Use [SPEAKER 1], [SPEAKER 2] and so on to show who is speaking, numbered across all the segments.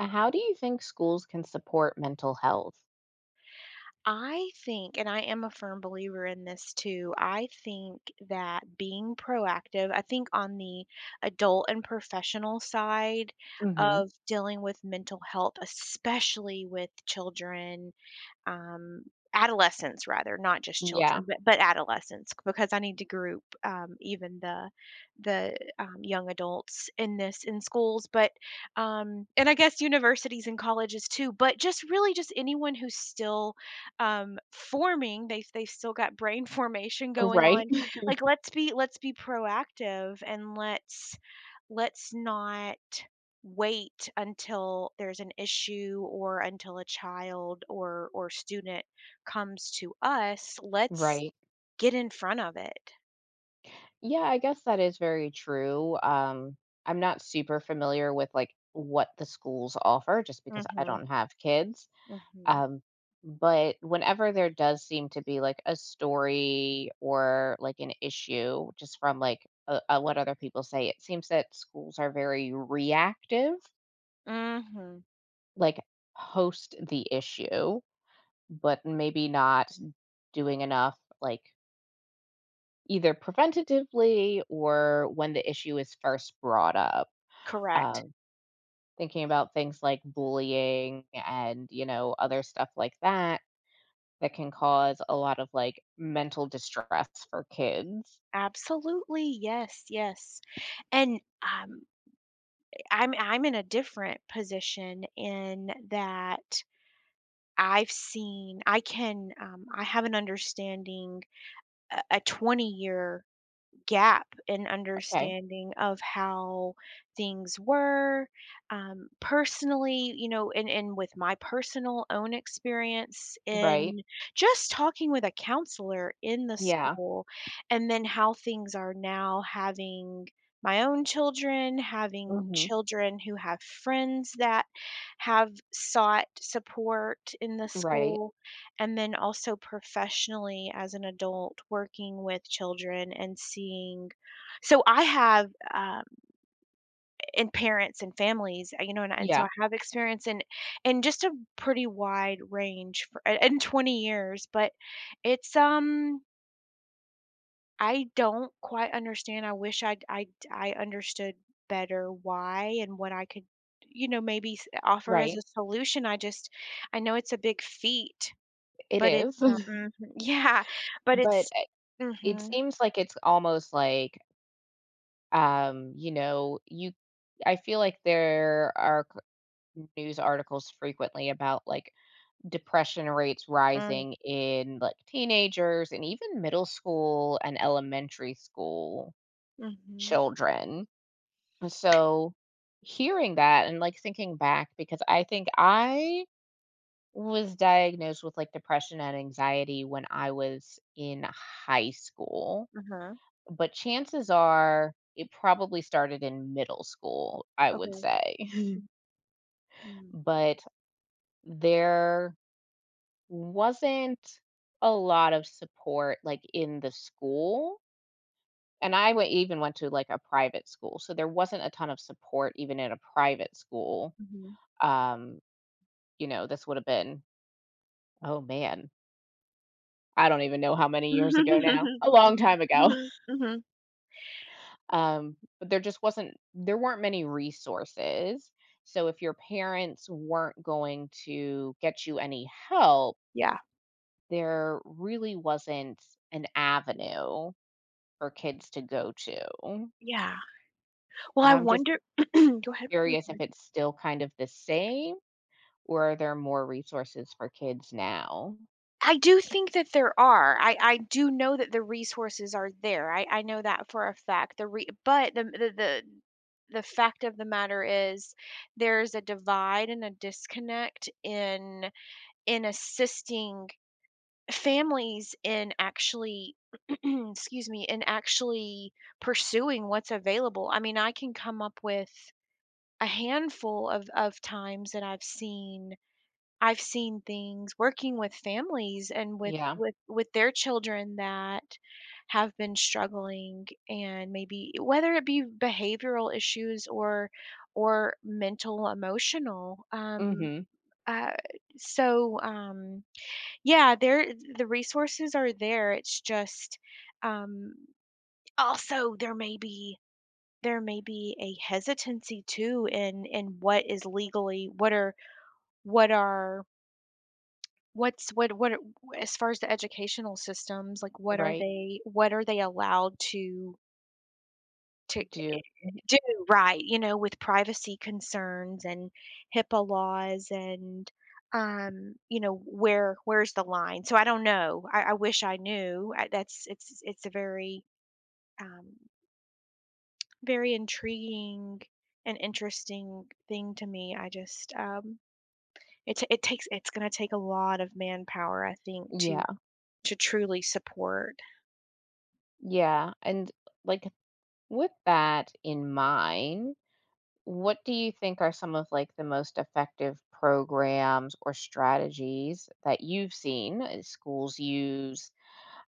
[SPEAKER 1] How do you think schools can support mental health?
[SPEAKER 2] I think, and I am a firm believer in this too, I think that being proactive, I think on the adult and professional side
[SPEAKER 1] Hmm.
[SPEAKER 2] of dealing with mental health, especially with children, um, adolescents rather, not just
[SPEAKER 1] Yeah,
[SPEAKER 2] children, but adolescents, because I need to group even the young adults in this in schools, but and I guess universities and colleges too, but just really just anyone who's still forming. They've still got brain formation going
[SPEAKER 1] right.
[SPEAKER 2] on. Like let's be proactive, and let's not wait until there's an issue, or until a child or student comes to us. Let's
[SPEAKER 1] Right.
[SPEAKER 2] get in front of it.
[SPEAKER 1] Yeah, I guess that is very true. I'm not super familiar with like what the schools offer just because I
[SPEAKER 2] Mhm.
[SPEAKER 1] don't have kids.
[SPEAKER 2] Mhm.
[SPEAKER 1] Um, but whenever there does seem to be like a story or like an issue just from like what other people say, it seems that schools are very reactive,
[SPEAKER 2] Mhm.
[SPEAKER 1] like post the issue. But maybe not doing enough, like either preventatively or when the issue is first brought up.
[SPEAKER 2] Correct.
[SPEAKER 1] Um, Thinking about things like bullying and, you know, other stuff like that that can cause a lot of like mental distress for kids.
[SPEAKER 2] Absolutely. Yes, yes. And I'm in a different position in that I've seen. I can, I have an understanding, a 20-year gap in
[SPEAKER 1] Okay.
[SPEAKER 2] understanding of how things were, personally, you know. And with my personal own experience
[SPEAKER 1] Right.
[SPEAKER 2] in just talking with a counselor in the
[SPEAKER 1] Yeah.
[SPEAKER 2] school, and then how things are now, having my own children, having
[SPEAKER 1] Hmm.
[SPEAKER 2] children who have friends that have sought support in the
[SPEAKER 1] Right.
[SPEAKER 2] school, and then also professionally as an adult working with children and seeing. So I have and parents and families. You know, and so
[SPEAKER 1] Yeah.
[SPEAKER 2] I have experience in just a pretty wide range for in 20 years. But it's um I don't quite understand. I wish I understood better why and what I could, you know, maybe offer as
[SPEAKER 1] Right.
[SPEAKER 2] a solution. I just I know it's a big feat,
[SPEAKER 1] It
[SPEAKER 2] but
[SPEAKER 1] is.
[SPEAKER 2] yeah, but
[SPEAKER 1] But
[SPEAKER 2] it's.
[SPEAKER 1] it
[SPEAKER 2] Mhm.
[SPEAKER 1] seems like it's almost like, you know, you I feel like there are news articles frequently about like depression rates
[SPEAKER 2] Mm.
[SPEAKER 1] rising in like teenagers and even middle school and elementary school
[SPEAKER 2] Mhm.
[SPEAKER 1] children. So, hearing that and like thinking back, because I think I was diagnosed with like depression and anxiety when I was in high school,
[SPEAKER 2] Uh-huh.
[SPEAKER 1] but chances are it probably started in middle school, I would
[SPEAKER 2] Okay.
[SPEAKER 1] say.
[SPEAKER 2] Mm.
[SPEAKER 1] But there wasn't a lot of support, like, in the school, and I went even went to, like, a private school, so there wasn't a ton of support even in a private school.
[SPEAKER 2] Mhm.
[SPEAKER 1] Um, you know, this would have been oh, man, I don't even know how many years ago now, a long
[SPEAKER 2] Mhm,
[SPEAKER 1] time ago.
[SPEAKER 2] mhm, mhm.
[SPEAKER 1] But there just wasn't there weren't many resources, so if your parents weren't going to get you any help,
[SPEAKER 2] Yeah,
[SPEAKER 1] there really wasn't an avenue for kids to go to?
[SPEAKER 2] yeah. Well,
[SPEAKER 1] And
[SPEAKER 2] I
[SPEAKER 1] I'm just
[SPEAKER 2] wonder, go ahead, I'm
[SPEAKER 1] curious if
[SPEAKER 2] sorry.
[SPEAKER 1] it's still kind of the same or are there more resources for kids now?
[SPEAKER 2] I do think that there are. I do know that the resources are there. I know that for a fact. The fact of the matter is, there's a divide and a disconnect in assisting families in actually, excuse me, in actually pursuing what's available. I mean, I can come up with a handful of times that I've seen. I've seen things working with families and with
[SPEAKER 1] Yeah.
[SPEAKER 2] with their children that have been struggling, and maybe whether it be behavioral issues, or mental emotional,
[SPEAKER 1] Mhm.
[SPEAKER 2] uh, so yeah, there, the resources are there. It's just, um also there may be, there may be a hesitancy too in what is legally. What are what are what's what what are- as far as the educational systems, like what are
[SPEAKER 1] Right.
[SPEAKER 2] they, what are they allowed to
[SPEAKER 1] Do.
[SPEAKER 2] do right, you know, with privacy concerns and HIPAA laws and, you know, where where's the line? So I don't know. I wish I knew. I, that's, it's a very, um, very intriguing and interesting thing to me. I just, it takes, it's gonna take a lot of manpower, I think,
[SPEAKER 1] Yeah.
[SPEAKER 2] to truly support.
[SPEAKER 1] Yeah. And like with that in mind, what do you think are some of like the most effective programs or strategies that you've seen schools use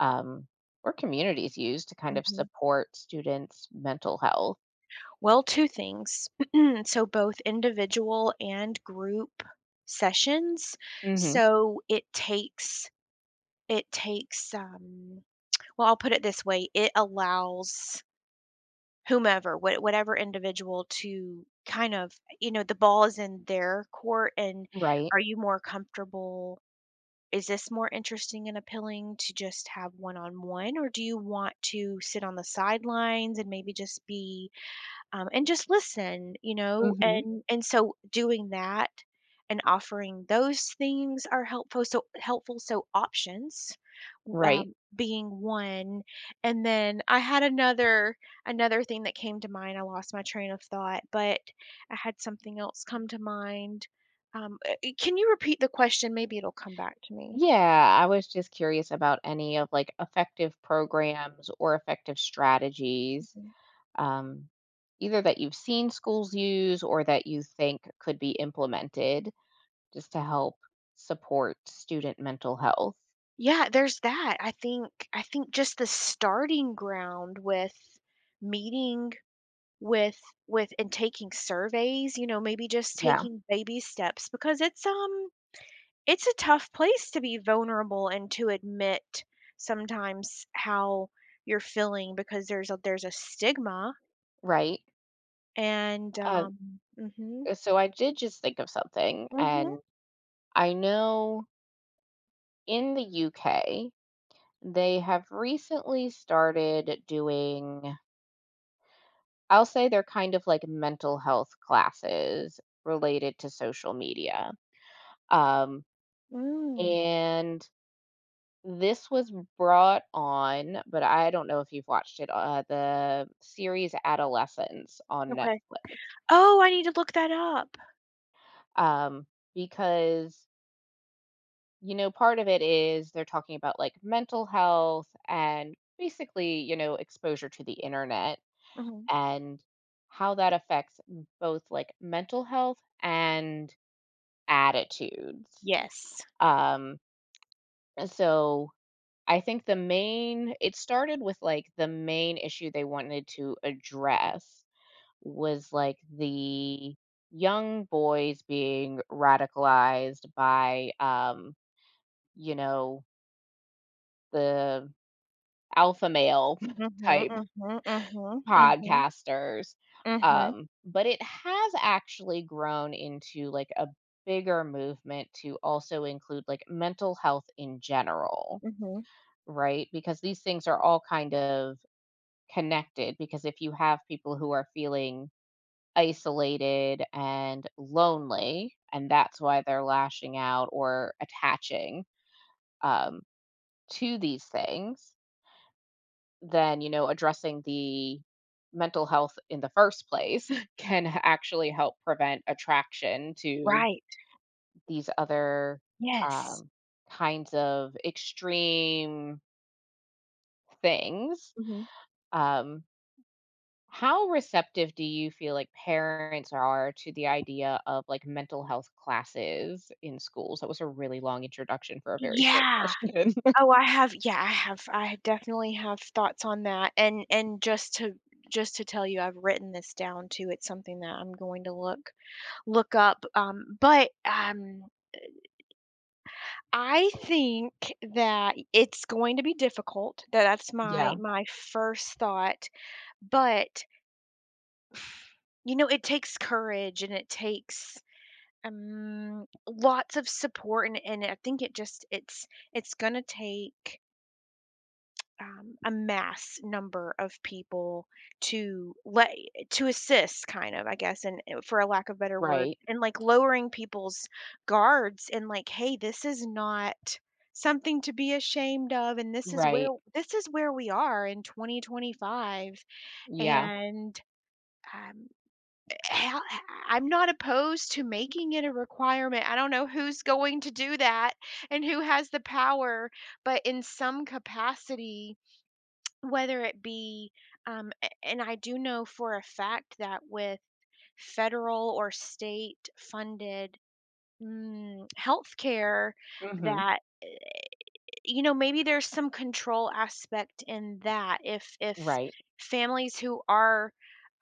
[SPEAKER 1] um, or communities use to kind of
[SPEAKER 2] Mhm.
[SPEAKER 1] support students' mental health?
[SPEAKER 2] Well, two things. So both individual and group sessions.
[SPEAKER 1] Hmm.
[SPEAKER 2] So it takes, it takes, um, well, I'll put it this way, it allows whomever, whatever individual to kind of, you know, the ball is in their court. And
[SPEAKER 1] Right.
[SPEAKER 2] are you more comfortable, is this more interesting and appealing, to just have one-on-one, or do you want to sit on the sidelines and maybe just be, and just listen, you know,
[SPEAKER 1] Mhm.
[SPEAKER 2] and so doing that and offering those things are helpful. So helpful. So options,
[SPEAKER 1] Right.
[SPEAKER 2] being one, and then I had another, another thing that came to mind. I lost my train of thought, but I had something else come to mind. Can you repeat the question? Maybe it'll come back to me.
[SPEAKER 1] Yeah, I was just curious about any of like effective programs or effective strategies,
[SPEAKER 2] Mhm.
[SPEAKER 1] um, either that you've seen schools use or that you think could be implemented just to help support student mental health.
[SPEAKER 2] Yeah, there's that. I think just the starting ground with meeting with with and taking surveys, you know, maybe just
[SPEAKER 1] Yeah.
[SPEAKER 2] taking baby steps, because it's a tough place to be vulnerable, and to admit sometimes how you're feeling, because there's a stigma
[SPEAKER 1] Right.
[SPEAKER 2] and
[SPEAKER 1] Uh, so I did just think of something,
[SPEAKER 2] mhm
[SPEAKER 1] and I know in the UK, they have recently started doing I'll say they're kind of like mental health classes related to social media. Um,
[SPEAKER 2] mm,
[SPEAKER 1] and this was brought on, but I don't know if you've watched it, the series Adolescence on
[SPEAKER 2] okay.
[SPEAKER 1] Netflix.
[SPEAKER 2] Oh, I need to look that up.
[SPEAKER 1] Um, because, you know, part of it is they're talking about like mental health and basically, you know, exposure to the internet
[SPEAKER 2] Mhm.
[SPEAKER 1] and how that affects both like mental health and attitudes.
[SPEAKER 2] Yes.
[SPEAKER 1] Um, so I think the main it started with like the main issue they wanted to address was like the young boys being radicalized by you know, the alpha male
[SPEAKER 2] Mhm,
[SPEAKER 1] type
[SPEAKER 2] mhm, mhm, mhm,
[SPEAKER 1] podcasters.
[SPEAKER 2] mhm,
[SPEAKER 1] But it has actually grown into like a bigger movement to also include like mental health in general,
[SPEAKER 2] mhm.
[SPEAKER 1] right? Because these things are all kind of connected. Because if you have people who are feeling isolated and lonely, and that's why they're lashing out or attaching, um, to these things, then, you know, addressing the mental health in the first place can actually help prevent attraction to
[SPEAKER 2] Right.
[SPEAKER 1] these other,
[SPEAKER 2] Yes.
[SPEAKER 1] um, kinds of extreme things.
[SPEAKER 2] Mhm.
[SPEAKER 1] Um, How receptive do you feel like parents are to the idea of like mental health classes in schools? That was a really long introduction for a very short
[SPEAKER 2] Yeah.
[SPEAKER 1] question.
[SPEAKER 2] Oh, I have, yeah, I have, I definitely have thoughts on that, and and just to tell you, I've written this down too. It's something that I'm going to look up, but, I think that it's going to be difficult. That's my
[SPEAKER 1] Yeah,
[SPEAKER 2] my first thought. But, you know, it takes courage and it takes, lots of support, and I think it just, it's gonna take, a mass number of people to let, to assist, kind of, I guess, and, for a lack of better word,
[SPEAKER 1] right,
[SPEAKER 2] and like lowering people's guards, and like, hey, this is not something to be ashamed of, and this is where
[SPEAKER 1] right.
[SPEAKER 2] this is where we are in 2025,
[SPEAKER 1] Yeah.
[SPEAKER 2] and, um, how, I'm not opposed to making it a requirement. I don't know who's going to do that and who has the power, but in some capacity, whether it be, a and I do know for a fact that with federal or state funded, mm, healthcare,
[SPEAKER 1] Hmm.
[SPEAKER 2] that, you know, maybe there's some control aspect in that. If
[SPEAKER 1] Right,
[SPEAKER 2] families who are,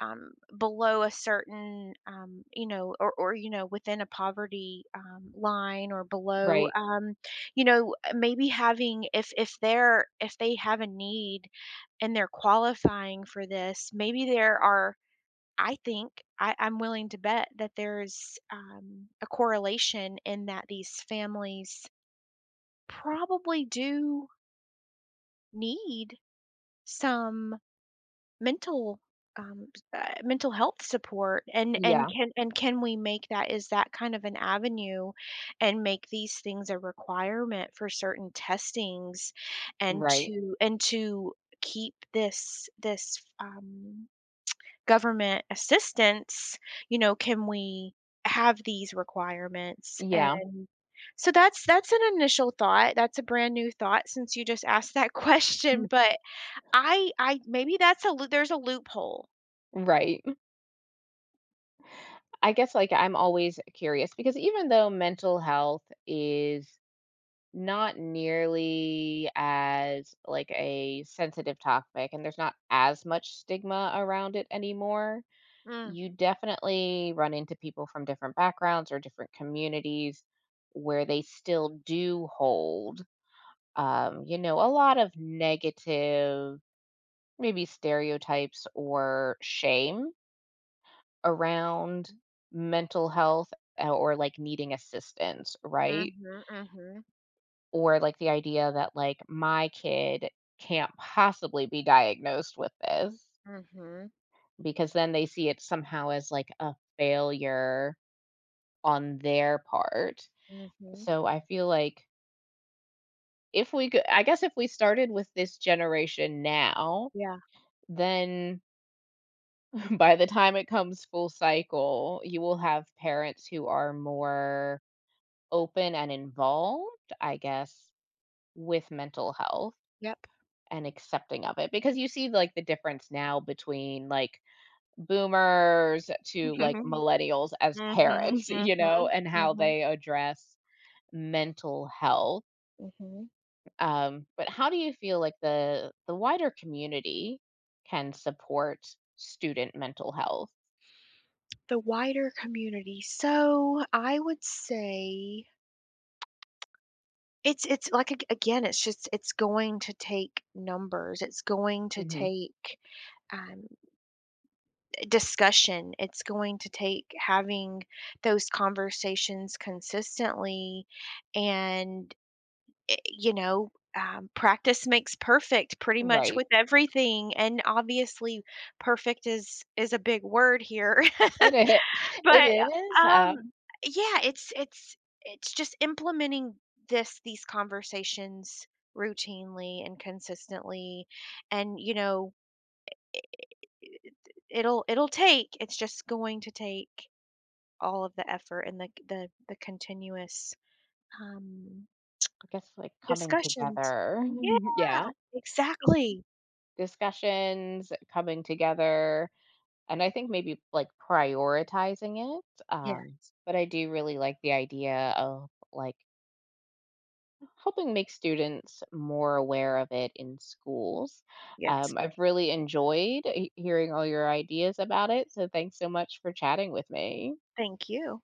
[SPEAKER 2] um, below a certain, you know, or, you know, within a poverty, line or below,
[SPEAKER 1] right.
[SPEAKER 2] you know, maybe having, if they're, if they have a need and they're qualifying for this, maybe there are. I think, I'm willing to bet that there's, a correlation in that these families probably do need some mental, um, mental health support, and
[SPEAKER 1] Yeah,
[SPEAKER 2] can, and can we make that, is that kind of an avenue, and make these things a requirement for certain testings, and
[SPEAKER 1] right.
[SPEAKER 2] to, and to keep this government assistance, you know, can we have these requirements,
[SPEAKER 1] Yeah,
[SPEAKER 2] and so that's an initial thought, that's a brand new thought since you just asked that question.
[SPEAKER 1] Mm,
[SPEAKER 2] But I, maybe that's a loo there's a loophole.
[SPEAKER 1] right. I guess like I'm always curious because even though mental health is not nearly as, like, a sensitive topic, and there's not as much stigma around it anymore.
[SPEAKER 2] Mm,
[SPEAKER 1] You definitely run into people from different backgrounds or different communities where they still do hold, you know, a lot of negative, maybe stereotypes or shame around mental health, or, like, needing assistance, right?
[SPEAKER 2] mhm, mhm,
[SPEAKER 1] Or, like, the idea that, like, my kid can't possibly be diagnosed with this
[SPEAKER 2] mhm,
[SPEAKER 1] because then they see it somehow as, like, a failure on their part.
[SPEAKER 2] mhm.
[SPEAKER 1] So I feel like if we could I guess if we started with this generation now,
[SPEAKER 2] Yeah,
[SPEAKER 1] then by the time it comes full cycle, you will have parents who are more open and involved, I guess, with mental health,
[SPEAKER 2] yep.
[SPEAKER 1] and accepting of it because you see like the difference now between like boomers to like
[SPEAKER 2] Mhm,
[SPEAKER 1] millennials as
[SPEAKER 2] mhm,
[SPEAKER 1] parents
[SPEAKER 2] mhm,
[SPEAKER 1] you know and how
[SPEAKER 2] mhm,
[SPEAKER 1] they address mental health.
[SPEAKER 2] mhm.
[SPEAKER 1] But how do you feel like the wider community can support student mental health?
[SPEAKER 2] The wider community. So, I would say it's like, ag again, it's just, it's going to take numbers. It's going to
[SPEAKER 1] Hmm.
[SPEAKER 2] take, um, discussion. It's going to take having those conversations consistently, and, you know, practice makes perfect pretty much
[SPEAKER 1] Right.
[SPEAKER 2] with everything. And obviously perfect is a big word here.
[SPEAKER 1] It is. It
[SPEAKER 2] But
[SPEAKER 1] is.
[SPEAKER 2] um yeah, it's just implementing this these conversations routinely and consistently, and, you know, it'll take, it's just going to take all of the effort, and the continuous, um,
[SPEAKER 1] I guess like coming
[SPEAKER 2] discussions.
[SPEAKER 1] together.
[SPEAKER 2] Yeah,
[SPEAKER 1] Yeah. Dis-
[SPEAKER 2] exactly.
[SPEAKER 1] Discussions, coming together. And I think maybe like prioritizing it. But I do really like the idea of like helping make students more aware of it in schools.
[SPEAKER 2] Yes.
[SPEAKER 1] I've really enjoyed hearing all your ideas about it. So thanks so much for chatting with me.
[SPEAKER 2] Thank you.